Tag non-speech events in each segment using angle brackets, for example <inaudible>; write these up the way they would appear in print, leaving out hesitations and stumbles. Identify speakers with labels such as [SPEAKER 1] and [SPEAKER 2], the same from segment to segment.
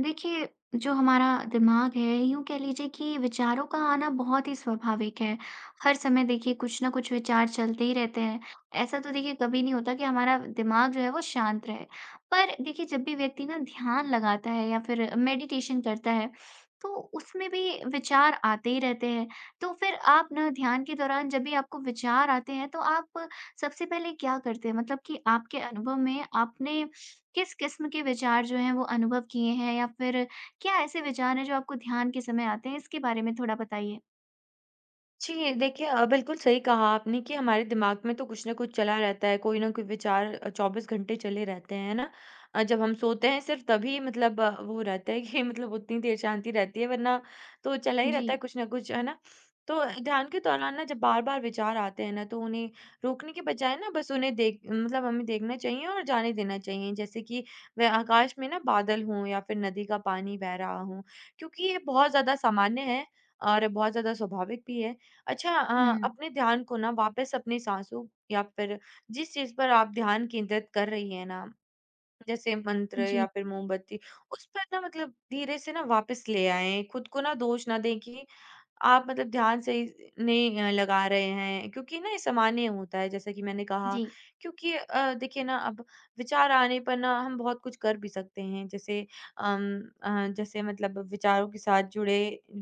[SPEAKER 1] देखिए, जो हमारा दिमाग है, यूँ कह लीजिए कि विचारों का आना बहुत ही स्वाभाविक है। हर समय देखिए कुछ न कुछ विचार चलते ही रहते हैं। ऐसा तो देखिए कभी नहीं होता कि हमारा दिमाग जो है वो शांत रहे। पर देखिए जब भी व्यक्ति ना ध्यान लगाता है या फिर मेडिटेशन करता है, तो उसमें भी विचार आते ही रहते हैं। तो फिर आप ना ध्यान के दौरान जब भी आपको विचार आते हैं, तो आप सबसे पहले क्या करते हैं? मतलब कि आपके अनुभव में आपने किस किस्म के विचार जो हैं वो अनुभव किए हैं या फिर क्या ऐसे विचार हैं जो आपको ध्यान के समय आते हैं? इसके बारे में थोड़ा बताइए?
[SPEAKER 2] जी, देखिए बिल्कुल सही कहा आपने कि हमारे दिमाग में तो कुछ न कुछ चला रहता है, कोई न कोई विचार 24 घंटे चले रहते हैं, है ना? जब हम सोते हैं सिर्फ़ तभी मतलब वो रहता है कि <laughs> मतलब उतनी देर शांति रहती है वरना तो चला ही
[SPEAKER 1] जी।
[SPEAKER 2] रहता है कुछ न कुछ, है ना? तो ध्यान के दौरान ना जब बार-बार विचार आते हैं ना तो उन्हें रोकने के बजाय ना बस उन्हें देख मतलब हमें देखना चाहिए और जाने देना चाहिए। जैसे कि वह आकाश में ना बादल हों या फिर नदी का पानी बह रहा हो, क्योंकि ये बहुत ज़्यादा सामान्य है और बहुत ज़्यादा स्वाभाविक भी है। अच्छा
[SPEAKER 1] हुँ।
[SPEAKER 2] अपने ध्यान को ना वापस अपनी सांसों या फिर जिस चीज़ पर आप ध्यान केंद्रित कर रही हैं ना, जैसे मंत्र या
[SPEAKER 1] जी,
[SPEAKER 2] फिर मोमबत्ती, उस पर ना मतलब धीरे से ना वापस ले आएँ। खुद को ना दोष ना दें कि आप मतलब ध्यान से इस नहीं लगा रहे हैं क्योंकि ना ये सामान्य होता है जैसा कि मैंने कहा
[SPEAKER 1] जी।
[SPEAKER 2] क्योंकि देखिए ना अब विचार आने पर ना हम बहुत कुछ कर भी सकते हैं जैसे अम, जैसे मतलब विचारों के साथ जुड़े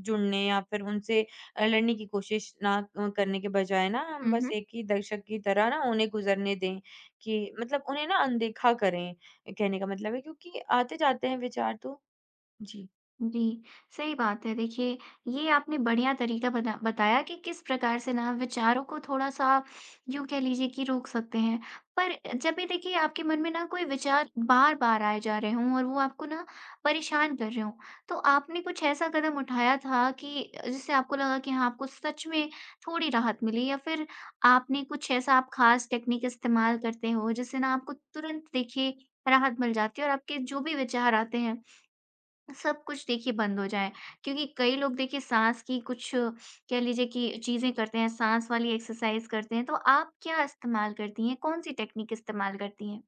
[SPEAKER 2] जुड़ने या फिर उनसे लड़ने की कोशिश ना करने के बजाय ना हम बस
[SPEAKER 1] हुँ,
[SPEAKER 2] एक ही दर्शक की तरह ना उन्हें गुजरने दें कि मतलब उन्हें ना अनदेखा करें कहने का मतलब है क्योंकि आते जाते हैं विचार तो जी।
[SPEAKER 1] जी, सही बात है। देखिए, ये आपने बढ़िया तरीका बताया कि किस प्रकार से ना विचारों को थोड़ा-सा यूँ कह लीजिए कि रोक सकते हैं। पर जब भी देखिए आपके मन में ना कोई विचार बार-बार आए जा रहे हों और वो आपको ना परेशान कर रहे हों, तो आपने कुछ ऐसा कदम उठाया था कि जिससे आपको लगा कि हाँ, आपको सच में थोड़ी राहत मिली या फिर आपने कुछ ऐसा आप ख़ास टेक्निक इस्तेमाल करते हो जिससे ना आपको तुरंत देखिए राहत मिल जाती है और आपके जो भी विचार आते हैं, सब कुछ देखिए बंद हो जाए। क्योंकि कई लोग देखिए साँस की कुछ कह लीजिए कि चीज़ें करते हैं, साँस वाली एक्सरसाइज़ करते हैं, तो आप क्या इस्तेमाल करती हैं? कौन-सी टेक्नीक इस्तेमाल करती हैं?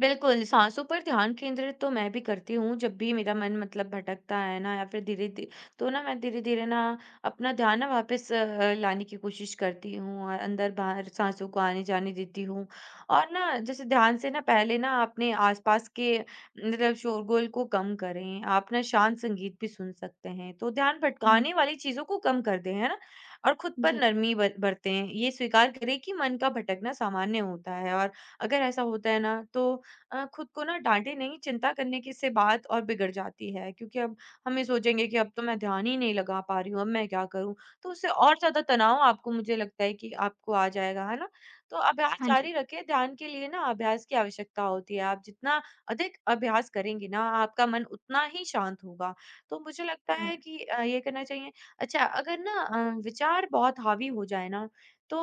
[SPEAKER 2] बिल्कुल, साँसों पर ध्यान केंद्रित तो मैं भी करती हूँ, जब भी मेरा मन मतलब भटकता है ना या फिर धीरे धीरे तो ना मैं धीरे-धीरे ना अपना ध्यान ना वापस लाने की कोशिश करती हूँ और अंदर-बाहर साँसों को आने-जाने देती हूँ। और ना जैसे ध्यान से ना पहले ना अपने आस-पास के मतलब शोरगुल को कम करें, आप ना शांत संगीत भी सुन सकते हैं, तो ध्यान
[SPEAKER 1] हुँ।
[SPEAKER 2] भटकाने वाली चीज़ों को कम कर दें, है ना? और खुद पर
[SPEAKER 1] जी।
[SPEAKER 2] नरमी बर बरतें, ये स्वीकार करें कि मन का भटकना सामान्य होता है और अगर ऐसा होता है ना तो खुद को ना डांटे नहीं, चिंता करने की इससे बात और बिगड़ जाती है क्योंकि अब हम ये सोचेंगे कि अब तो मैं ध्यान ही नहीं लगा पा रही हूँ, अब मैं क्या करूँ? तो उससे और ज़्यादा तनाव आपको मुझे लगता है कि आपको आ जाएगा, है ना? तो अभ्यास
[SPEAKER 1] हाँ
[SPEAKER 2] जारी
[SPEAKER 1] जी।
[SPEAKER 2] रखें, ध्यान के लिए ना अभ्यास की आवश्यकता होती है, आप जितना अधिक अभ्यास करेंगे ना, आपका मन उतना ही शांत होगा। तो मुझे लगता
[SPEAKER 1] हुँ।
[SPEAKER 2] है कि ये करना चाहिए। अच्छा अगर ना विचार बहुत हावी हो जाए ना, तो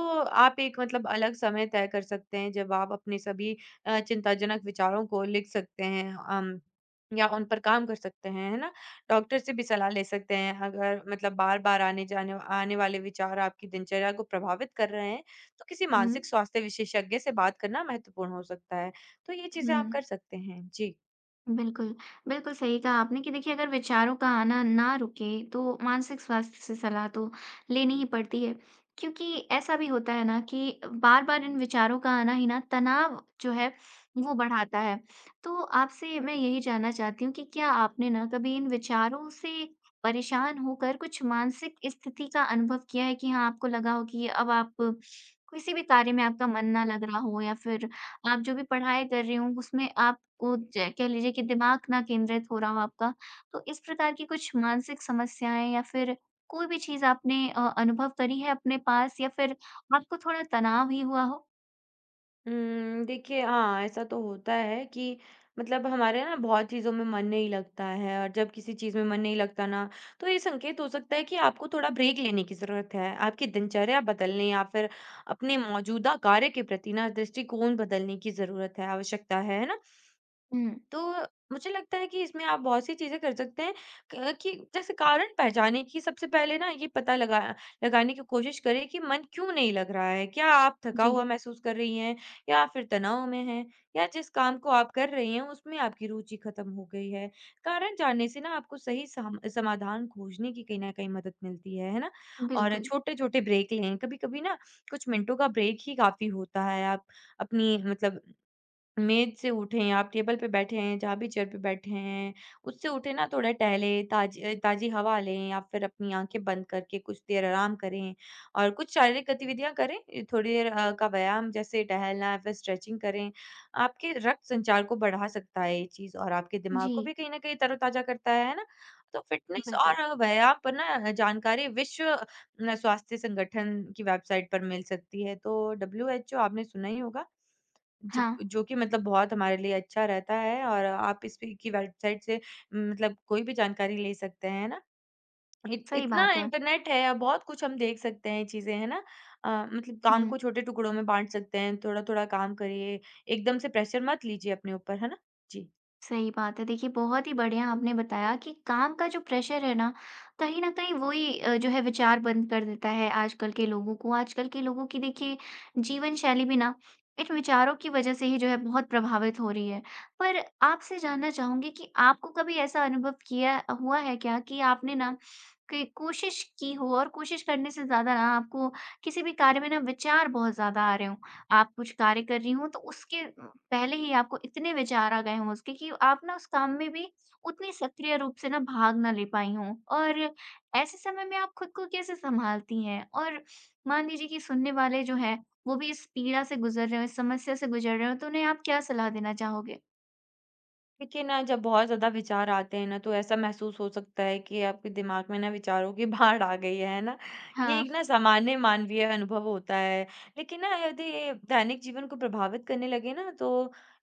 [SPEAKER 2] आप एक मतलब अलग समय तय कर सकते हैं जब आप अपने सभी चिंताजनक विचारों को लिख सकते हैं या उन पर काम कर सकते हैं, है ना? डॉक्टर से भी सलाह ले सकते हैं अगर मतलब बार-बार आने वाले विचार आपकी दिनचर्या को प्रभावित कर रहे हैं, तो किसी
[SPEAKER 1] हुँ।
[SPEAKER 2] मानसिक स्वास्थ्य विशेषज्ञ से बात करना महत्वपूर्ण हो सकता है। तो ये चीज़ें
[SPEAKER 1] हुँ।
[SPEAKER 2] आप कर सकते हैं। जी।
[SPEAKER 1] बिल्कुल, बिल्कुल सही कहा आपने कि देखिए अगर विचारों का आना ना रुके, तो मानसिक स्वास्थ्य से सलाह तो लेनी ही पड़ती है। क्योंकि ऐसा भी होता है ना कि बार-बार इन विचारों का आना ही ना तनाव जो है वो बढ़ाता है। तो आपसे मैं यही जानना चाहती हूँ कि क्या आपने ना कभी इन विचारों से परेशान होकर कुछ मानसिक स्थिति का अनुभव किया है कि हाँ, आपको लगा हो कि अब आप किसी भी कार्य में आपका मन ना लग रहा हो या फिर आप जो भी पढ़ाई कर रही हों, उसमें आपको ज कह लीजिए कि दिमाग ना केंद्रित हो रहा हो आपका। तो इस प्रकार की कुछ मानसिक समस्याएँ या फिर कोई भी चीज़ आपने अनुभव करी है अपने पास या फिर आपको थोड़ा तनाव ही हुआ हो?
[SPEAKER 2] देखिए हाँ, ऐसा तो होता है कि मतलब हमारे ना बहुत चीज़ों में मन नहीं लगता है और जब किसी चीज़ में मन नहीं लगता ना, तो ये संकेत हो सकता है कि आपको थोड़ा ब्रेक लेने की ज़रूरत है। आपकी दिनचर्या बदलने या फिर अपने मौजूदा कार्य के प्रति ना दृष्टिकोण बदलने की ज़रूरत है, आवश्यकता है ना?
[SPEAKER 1] हुँ,
[SPEAKER 2] तो मुझे लगता है कि इसमें आप बहुत सी चीज़ें कर सकते हैं क कि जैसे कारण पहचाने की सबसे पहले ना ये पता लगाने की कोशिश करें कि मन क्यों नहीं लग रहा है? क्या आप थका हुआ
[SPEAKER 1] जी,
[SPEAKER 2] महसूस कर रही हैं या फिर तनाव में हैं या जिस काम को आप कर रही हैं उसमें आपकी रुचि खत्म हो गई है? कारण जानने से ना आपको सही सम समाधान खोजने की कहीं न कहीं मदद मिलती है ना? और
[SPEAKER 1] बिल्कुल।
[SPEAKER 2] छोटे-छोटे ब्रेक लें, कभी-कभी ना कुछ मिनटों का ब्रेक ही काफ़ी होता है। आप अपनी मतलब मेज़ से उठें, आप टेबल पे बैठे हैं, जहाँ भी चेयर पे बैठे हैं, उससे उठें ना थोड़ा टहलें, ताज़ी हवा लें या फिर अपनी आँखें बंद करके कुछ देर आराम करें और कुछ शारीरिक गतिविधियाँ करें। थोड़ी देर का व्यायाम जैसे टहलना या फिर स्ट्रेचिंग करें। आपके रक्त संचार को बढ़ा सकता है ये चीज़ और आपके दिमाग को
[SPEAKER 1] जी,
[SPEAKER 2] भी कहीं न कहीं तरोताज़ा करता है ना? तो फ़िटनेस
[SPEAKER 1] बिल्कुल।
[SPEAKER 2] और व्यायाम पर ना जानकारी विश्व न स्वास्थ्य संगठन की वेबसाइट पर मिल सकती है। तो डब्ल्यूएचओ आपने सुना ही होगा। जब
[SPEAKER 1] हाँ,
[SPEAKER 2] जो कि मतलब बहुत हमारे लिए अच्छा रहता है और आप इस पे की वेबसाइट से मतलब कोई भी जानकारी ले सकते हैं, है ना? इत
[SPEAKER 1] सही
[SPEAKER 2] इतना
[SPEAKER 1] बात है।
[SPEAKER 2] इंटरनेट है अब बहुत कुछ हम देख सकते हैं चीज़ें, है ना? मतलब काम
[SPEAKER 1] हुँ।
[SPEAKER 2] को छोटे टुकड़ों में बाँट सकते हैं, थोड़ा-थोड़ा काम करिए, एकदम से प्रेशर मत लीजिए अपने ऊपर, है ना? जी।
[SPEAKER 1] सही बात है। देखिए, बहुत ही बढ़िया आपने बताया कि काम का जो प्रेशर है ना, कहीं न कहीं वही जो है विचार बंद कर देता है आजकल के लोगों को। आजकल के लोगों की देखिए जीवन शैली भी ना इन विचारों की वज़ह से ही जो है बहुत प्रभावित हो रही है। पर आपसे जानना चाहूँगी कि आपको कभी ऐसा अनुभव किया हुआ है क्या कि आपने ना कि कोशिश की हो और कोशिश करने से ज़्यादा ना आपको किसी भी कार्य में ना विचार बहुत ज़्यादा आ रहे हों। आप कुछ कार्य कर रही हों तो उसके पहले ही आपको इतने विचार आ गए हों उसके कि आप ना उस काम में भी उतनी सक्रिय रूप से ना भाग ना ले पाई हों। और ऐसे समय में आप खुद को कैसे सँभालती हैं? और मान लीजिए कि सुनने वाले जो हैं, वो भी इस पीड़ा से गुज़र रहे हों, इस समस्या से गुज़र रहे हों, तो उन्हें आप क्या सलाह देना चाहोगे?
[SPEAKER 2] देखिए ना जब बहुत ज़्यादा विचार आते हैं ना तो ऐसा महसूस हो सकता है कि आपके दिमाग में ना विचारों की <laughs> बाढ़ आ गई है ना? ये
[SPEAKER 1] हाँ,
[SPEAKER 2] एक ना सामान्य मानवीय अनुभव होता है। लेकिन ना यदि ये दैनिक जीवन को प्रभावित करने लगे ना तो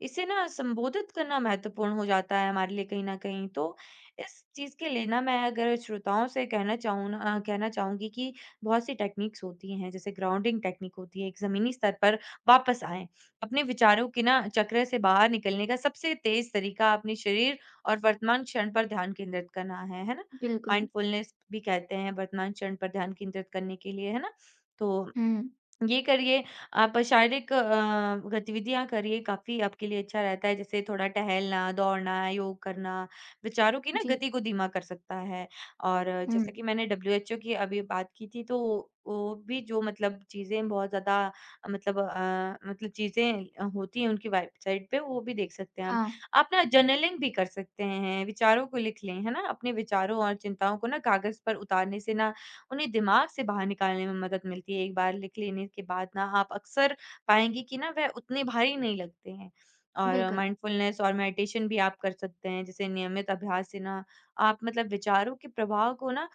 [SPEAKER 2] इसे ना संबोधित करना महत्वपूर्ण हो जाता है हमारे लिए कहीं न कहीं। तो इस चीज़ के लिए ना मैं अगर श्रोताओं से कहना चाहूँ ना कहना चाहूँगी कि बहुत सी टेक्निक्स होती हैं जैसे ग्राउंडिंग टेक्निक होती है, एक ज़मीनी स्तर पर वापस आएँ। अपने विचारों के ना चक्र से बाहर निकलने का सबसे तेज तरीका अपने शरीर और वर्तमान क्षण पर ध्यान केंद्रित करना है ना?
[SPEAKER 1] बिल्कुल।
[SPEAKER 2] माइंडफुलनेस भी कहते हैं वर्तमान क्षण पर ध्यान केंद्रित करने के लिए, है ना? तो
[SPEAKER 1] हुँ।
[SPEAKER 2] ये करिए, आप शारीरिक गतिविधियाँ करिए, काफ़ी आपके लिए अच्छा रहता है, जैसे थोड़ा टहलना, दौड़ना, योग करना, विचारों की ना
[SPEAKER 1] जी।
[SPEAKER 2] गति को धीमा कर सकता है। और
[SPEAKER 1] हुँ।
[SPEAKER 2] जैसे कि मैंने डब्ल्यूएचओ की अभी बात की थी, तो वो भी जो मतलब चीज़ें बहुत ज़्यादा मतलब मतलब चीज़ें होती हैं उनकी वेबसाइट पे, वो भी देख सकते हैं आप।
[SPEAKER 1] हाँ,
[SPEAKER 2] आप ना जर्नलिंग भी कर सकते हैं, विचारों को लिख लें, है ना? अपने विचारों और चिंताओं को ना कागज़ पर उतारने से ना उन्हें दिमाग से बाहर निकालने में मदद मिलती है। एक बार लिख लेने के बाद ना आप अक्सर पाएँगी कि ना वह उतने भारी नहीं लगते हैं। और
[SPEAKER 1] बिल्कुल।
[SPEAKER 2] माइंडफुलनेस और मेडिटेशन भी आप कर सकते हैं। जैसे नियमित अभ्यास से ना आप मतलब विचारों के प्रवाह को ना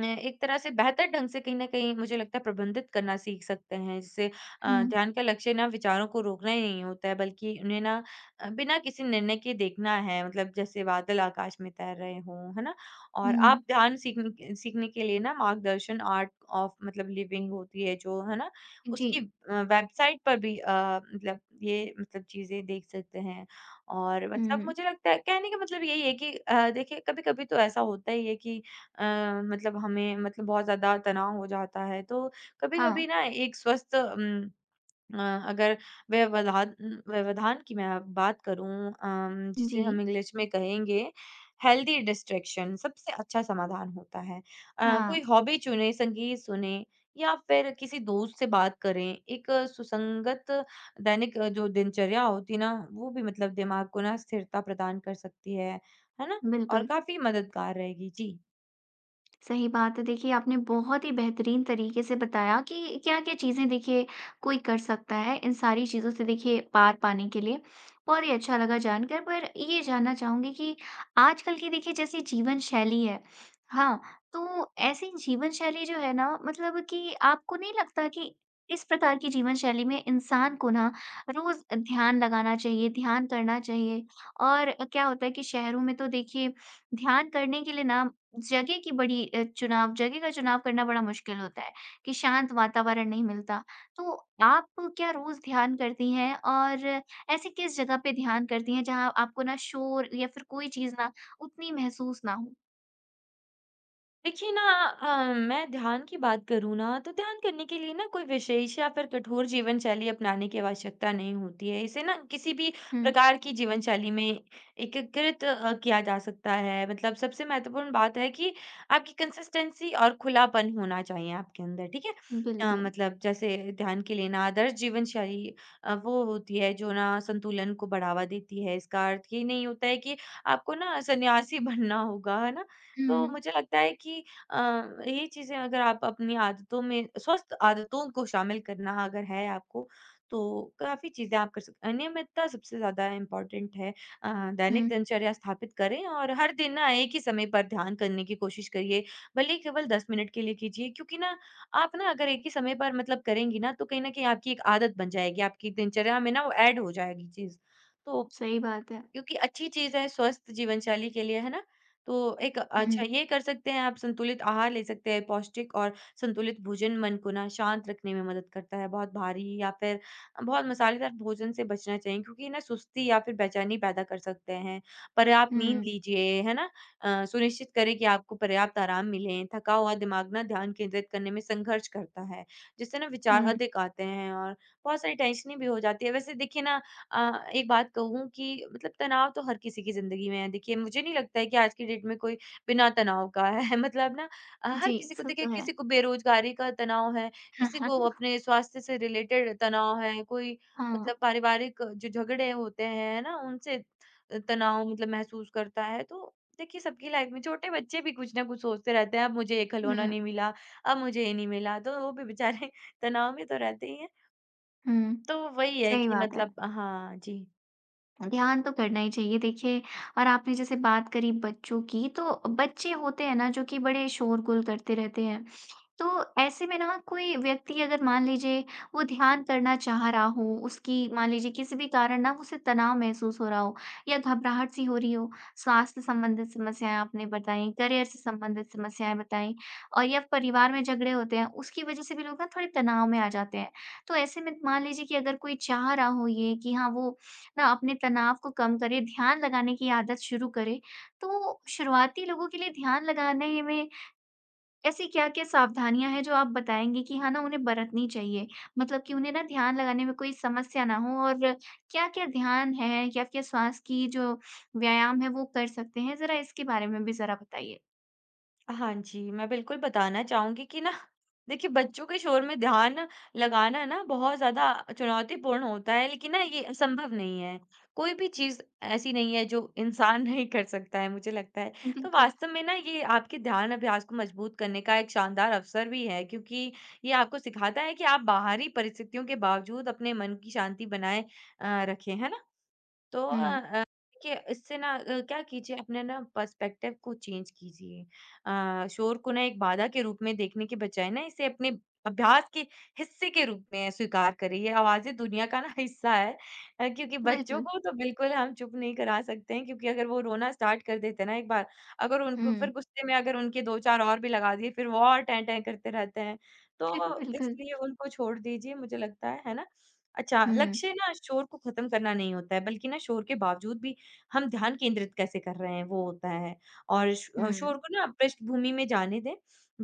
[SPEAKER 2] एक तरह से बेहतर ढंग से कहीं न कहीं मुझे लगता है प्रबंधित करना सीख सकते हैं। जिससे
[SPEAKER 1] हुँ,
[SPEAKER 2] ध्यान का लक्ष्य ना विचारों को रोकना ही नहीं होता है बल्कि उन्हें ना बिना किसी निर्णय के देखना है। मतलब जैसे बादल आकाश में तैर रहे हों, है ना? और
[SPEAKER 1] हुँ।
[SPEAKER 2] आप ध्यान सीखने के लिए ना मार्गदर्शन आर्ट ऑफ मतलब लिविंग होती है जो, है ना?
[SPEAKER 1] जी।
[SPEAKER 2] उसकी वेबसाइट पर भी मतलब ये मतलब चीज़ें देख सकते हैं। और मतलब
[SPEAKER 1] हुँ।
[SPEAKER 2] मुझे लगता है कहने का मतलब यही है कि देखिए कभी-कभी तो ऐसा होता ही है कि मतलब हमें मतलब बहुत ज़्यादा तनाव हो जाता है। तो
[SPEAKER 1] हाँ।
[SPEAKER 2] कभी-कभी ना एक स्वस्थ अ, अगर व्यवधान व्यवधान की मैं बात करूँ
[SPEAKER 1] जी।
[SPEAKER 2] जिसे हम इंग्लिश में कहेंगे हेल्दी डिस्ट्रैक्शन सबसे अच्छा समाधान होता है।
[SPEAKER 1] हाँ,
[SPEAKER 2] कोई हॉबी चुनें, संगीत सुनें या फिर किसी दोस्त से बात करें। एक सुसंगत दैनिक जो दिनचर्या होती है ना, वो भी मतलब दिमाग को ना स्थिरता प्रदान कर सकती है। है ना? और
[SPEAKER 1] बिल्कुल।
[SPEAKER 2] काफ़ी मददगार रहेगी। जी।
[SPEAKER 1] सही बात है। देखिए, आपने बहुत ही बेहतरीन तरीके से बताया कि क्या-क्या चीज़ें देखिए कोई कर सकता है, इन सारी चीज़ों से देखिए पार पाने के लिए। बहुत ही अच्छा लगा जानकर, पर ये जानना चाहूँगी कि आजकल की देखिए जैसी जीवन शैली है, हाँ, तो ऐसी जीवन शैली जो है ना मतलब कि आपको नहीं लगता कि इस प्रकार की जीवन शैली में इंसान को ना रोज़ ध्यान लगाना चाहिए, ध्यान करना चाहिए? और क्या होता है कि शहरों में तो देखिए ध्यान करने के लिए ना जगह की बड़ी चुनाव जगह का चुनाव करना बड़ा मुश्किल होता है कि शांत वातावरण नहीं मिलता। तो आप क्या रोज़ ध्यान करती हैं और ऐसी किस जगह पे ध्यान करती हैं जहाँ आपको ना शोर या फिर कोई चीज़ ना उतनी महसूस ना हो?
[SPEAKER 2] देखिए ना मैं ध्यान की बात करूँ ना तो ध्यान करने के लिए ना कोई विशेष या फिर कठोर जीवन शैली अपनाने की आवश्यकता नहीं होती है। इसे ना किसी भी
[SPEAKER 1] हुँ।
[SPEAKER 2] प्रकार की जीवन शैली में एकीकृत किया जा सकता है। मतलब सबसे महत्वपूर्ण बात है कि आपकी कंसिस्टेंसी और खुलापन होना चाहिए आपके अंदर, ठीक है?
[SPEAKER 1] बिल्कुल।
[SPEAKER 2] मतलब जैसे ध्यान के लिए ना आदर्श जीवन शैली वो होती है जो ना संतुलन को बढ़ावा देती है। इसका अर्थ ये नहीं होता है कि आपको ना सन्यासी <laughs> बनना होगा, है ना? तो
[SPEAKER 1] हुँ,
[SPEAKER 2] मुझे लगता है कि अ, ये चीज़ें अगर आप अपनी आदतों में स्वस्थ आदतों को शामिल करना अगर है आपको, तो काफ़ी चीज़ें आप कर सकते हैं। नियमितता सबसे ज़्यादा इम्पोर्टेंट है। अ, दैनिक
[SPEAKER 1] हुँ,
[SPEAKER 2] दिनचर्या स्थापित करें और हर दिन ना एक ही समय पर ध्यान करने की कोशिश करिए, भले ही केवल 10 मिनट के लिए कीजिए क्योंकि ना आप ना अगर एक ही समय पर मतलब करेंगी ना, तो कहीं न कहीं आपकी एक आदत बन जाएगी, आपकी दिनचर्या में ना वो ऐड हो जाएगी चीज़। तो
[SPEAKER 1] सही बात है।
[SPEAKER 2] क्योंकि अच्छी चीज़ है स्वस्थ जीवनशैली के लिए, है ना? तो एक
[SPEAKER 1] हुँ,
[SPEAKER 2] अच्छा ये कर सकते हैं आप संतुलित आहार ले सकते हैं, पौष्टिक और संतुलित भोजन मन को ना शांत रखने में मदद करता है। बहुत भारी या फिर बहुत मसालेदार भोजन से बचना चाहिए क्योंकि ये ना सुस्ती या फिर बेचैनी पैदा कर सकते हैं। पर्याप्त नींद
[SPEAKER 1] हुँ,
[SPEAKER 2] लीजिए, है ना? सुनिश्चित करें कि आपको पर्याप्त आराम मिले। थका हुआ दिमाग ना ध्यान केंद्रित करने में संघर्ष करता है, जिससे ना विचार
[SPEAKER 1] हुँ।
[SPEAKER 2] अधिक आते हैं और बहुत सारी टेंशनें भी हो जाती है। वैसे देखिए ना अ, एक बात कहूँ कि मतलब तनाव तो हर किसी की ज़िंदगी में है। देखिए, मुझे नहीं लगता है कि आज की डेट में कोई बिना तनाव का है। <laughs> मतलब ना हर
[SPEAKER 1] जी,
[SPEAKER 2] किसी को
[SPEAKER 1] सो
[SPEAKER 2] देखिए
[SPEAKER 1] तो है।
[SPEAKER 2] किसी को बेरोज़गारी का तनाव है, किसी को
[SPEAKER 1] <laughs>
[SPEAKER 2] अपने स्वास्थ्य से रिलेटेड तनाव है, कोई
[SPEAKER 1] हाँ।
[SPEAKER 2] मतलब पारिवारिक जो झगड़े होते हैं, है ना? उनसे तनाव मतलब महसूस करता है। तो देखिए, सबकी लाइफ़ में छोटे बच्चे भी कुछ ना कुछ सोचते रहते हैं, अब मुझे ये खिलौना
[SPEAKER 1] हुँ,
[SPEAKER 2] नहीं मिला, अब मुझे ये नहीं मिला, तो वो भी बेचारे <laughs> तनाव में तो रहते ही हैं।
[SPEAKER 1] हुँ।
[SPEAKER 2] तो वही है
[SPEAKER 1] सही
[SPEAKER 2] कि
[SPEAKER 1] बात है।
[SPEAKER 2] मतलब हाँ, जी।
[SPEAKER 1] ध्यान तो करना ही चाहिए देखिए और आपने जैसे बात करी बच्चों की तो बच्चे होते हैं ना जो कि बड़े शोरगुल करते रहते हैं तो ऐसे में ना कोई व्यक्ति अगर मान लीजिए वो ध्यान करना चाह रहा हो, उसकी मान लीजिए किसी भी कारण ना उसे तनाव महसूस हो रहा हो या घबराहट सी हो रही हो, स्वास्थ्य संबंधित समस्याएँ आपने बताई, करियर से संबंधित समस्याएँ बताई और या परिवार में झगड़े होते हैं, उसकी वजह से भी लोग ना थोड़े तनाव में आ जाते हैं। तो ऐसे में मान लीजिए कि अगर कोई चाह रहा हो ये कि हाँ, वो ना अपने तनाव को कम करे, ध्यान लगाने की आदत शुरू करे, तो शुरुआती लोगों के लिए ध्यान लगाने में ऐसी क्या-क्या सावधानियाँ हैं जो आप बताएँगे कि हाँ ना, उन्हें बरतनी चाहिए? मतलब कि उन्हें ना ध्यान लगाने में कोई समस्या ना हो और क्या-क्या ध्यान है, क्या-क्या श्वास की जो व्यायाम है वो कर सकते हैं? ज़रा इसके बारे में भी ज़रा बताइए।
[SPEAKER 2] हाँ जी, मैं बिल्कुल बताना चाहूँगी कि ना देखिए बच्चों के शोर में ध्यान लगाना ना बहुत ज़्यादा चुनौतीपूर्ण होता है, लेकिन ना ये असंभव नहीं है। कोई भी चीज़ ऐसी नहीं है जो इंसान <laughs> नहीं कर सकता है मुझे लगता है। तो
[SPEAKER 1] बिल्कुल।
[SPEAKER 2] वास्तव में ना ये आपके ध्यान अभ्यास को मजबूत करने का एक शानदार अवसर भी है क्योंकि ये आपको सिखाता है कि आप बाहरी परिस्थितियों के बावजूद अपने मन की शांति बनाए रखें, है ना? तो
[SPEAKER 1] हुँ।
[SPEAKER 2] देखिए इससे ना क्या कीजिए अपने ना पर्सपेक्टिव को चेंज कीजिए। शोर को ना एक बाधा के रूप में देखने के बजाय ना इसे अपने अभ्यास के हिस्से के रूप में स्वीकार करें। ये आवाज़ें दुनिया का ना <laughs> हिस्सा है क्योंकि बच्चों
[SPEAKER 1] बिल्कुल।
[SPEAKER 2] को तो बिल्कुल हम चुप नहीं करा सकते हैं क्योंकि अगर वो रोना स्टार्ट कर देते हैं ना एक बार, अगर उनको फिर
[SPEAKER 1] हुँ।
[SPEAKER 2] गुस्से में अगर उनके 2-4 और भी लगा दिए फिर वो और टें-टें करते रहते हैं। तो
[SPEAKER 1] <laughs> बिल्कुल।
[SPEAKER 2] इसलिए उनको छोड़ दीजिए मुझे लगता है ना? अच्छा,
[SPEAKER 1] हुँ,
[SPEAKER 2] लक्ष्य ना शोर को ख़त्म करना नहीं होता है, बल्कि ना शोर के बावजूद भी हम ध्यान केंद्रित कैसे कर रहे हैं, वो होता है। और
[SPEAKER 1] हुँ।
[SPEAKER 2] शोर को ना पृष्ठभूमि में जाने दें।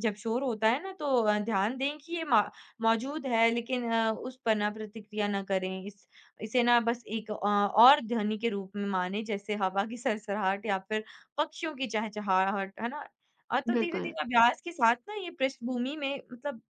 [SPEAKER 2] जब शोर होता है ना, तो ध्यान दें कि ये मा मौजूद है, लेकिन उस पर ना प्रतिक्रिया ना करें। इस इसे ना बस एक और ध्वनि के रूप में मानें, जैसे हवा की सरसराहट या फिर पक्षियों की चहचहाहट, है ना? तो
[SPEAKER 1] बिल्कुल।
[SPEAKER 2] धीरे-धीरे अभ्यास के साथ ना ये पृष्ठभूमि में मतलब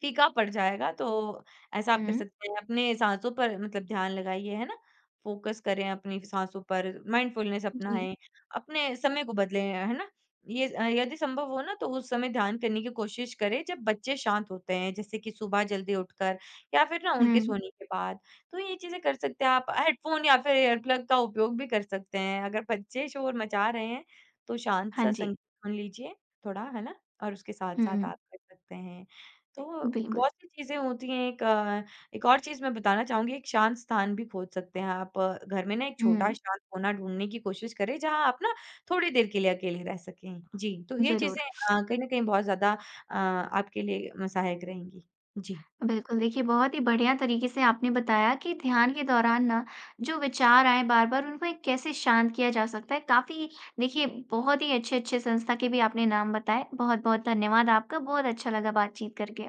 [SPEAKER 2] फीका पड़ जाएगा, तो ऐसा आप कर
[SPEAKER 1] हुँ।
[SPEAKER 2] सकते हैं। अपने साँसों पर मतलब ध्यान लगाइए, है ना? फ़ोकस करें अपनी साँसों पर, माइंडफुलनेस
[SPEAKER 1] जी।
[SPEAKER 2] अपनाएँ, अपने समय को बदलें, है ना? ये यदि संभव हो ना तो उस समय ध्यान करने की कोशिश करें जब बच्चे शांत होते हैं, जैसे कि सुबह जल्दी उठकर या फिर ना उनके
[SPEAKER 1] हुँ।
[SPEAKER 2] सोने के बाद। तो ये चीज़ें कर सकते हैं आप। हेडफ़ोन या फिर एयरप्लग का उपयोग भी कर सकते हैं। अगर बच्चे शोर मचा रहे हैं, तो शांत
[SPEAKER 1] हाँ
[SPEAKER 2] सा
[SPEAKER 1] जी।
[SPEAKER 2] संगीत सुन लीजिए थोड़ा, है ना? और उसके साथ-साथ
[SPEAKER 1] हुँ।
[SPEAKER 2] आप कर सकते हैं। तो
[SPEAKER 1] बिल्कुल।
[SPEAKER 2] बहुत सी चीज़ें होती हैं एक एक और चीज़ मैं बताना चाहूँगी, एक शांत स्थान भी खोज सकते हैं आप। घर में ना एक
[SPEAKER 1] हुँ,
[SPEAKER 2] छोटा शांत कोना ढूँढने की कोशिश करें, जहाँ आप ना थोड़ी देर के लिए अकेले रह सकें। जी, तो ये
[SPEAKER 1] ज़रूर।
[SPEAKER 2] चीज़ें कहीं न कहीं बहुत ज़्यादा आपके लिए म सहायक रहेंगी। जी।
[SPEAKER 1] बिल्कुल, देखिए बहुत ही बढ़िया तरीके से आपने बताया कि ध्यान के दौरान ना जो विचार आएँ बार-बार उनको एक कैसे शांत किया जा सकता है। काफ़ी देखिए बहुत ही अच्छे-अच्छे संस्था के भी आपने नाम बताए। बहुत-बहुत धन्यवाद आपका, बहुत अच्छा लगा बातचीत करके।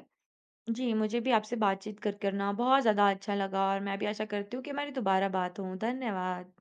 [SPEAKER 2] जी, मुझे भी आपसे बातचीत कर करना बहुत ज़्यादा अच्छा लगा और मैं भी आशा करती हूँ कि हमारी दोबारा बात हो। धन्यवाद।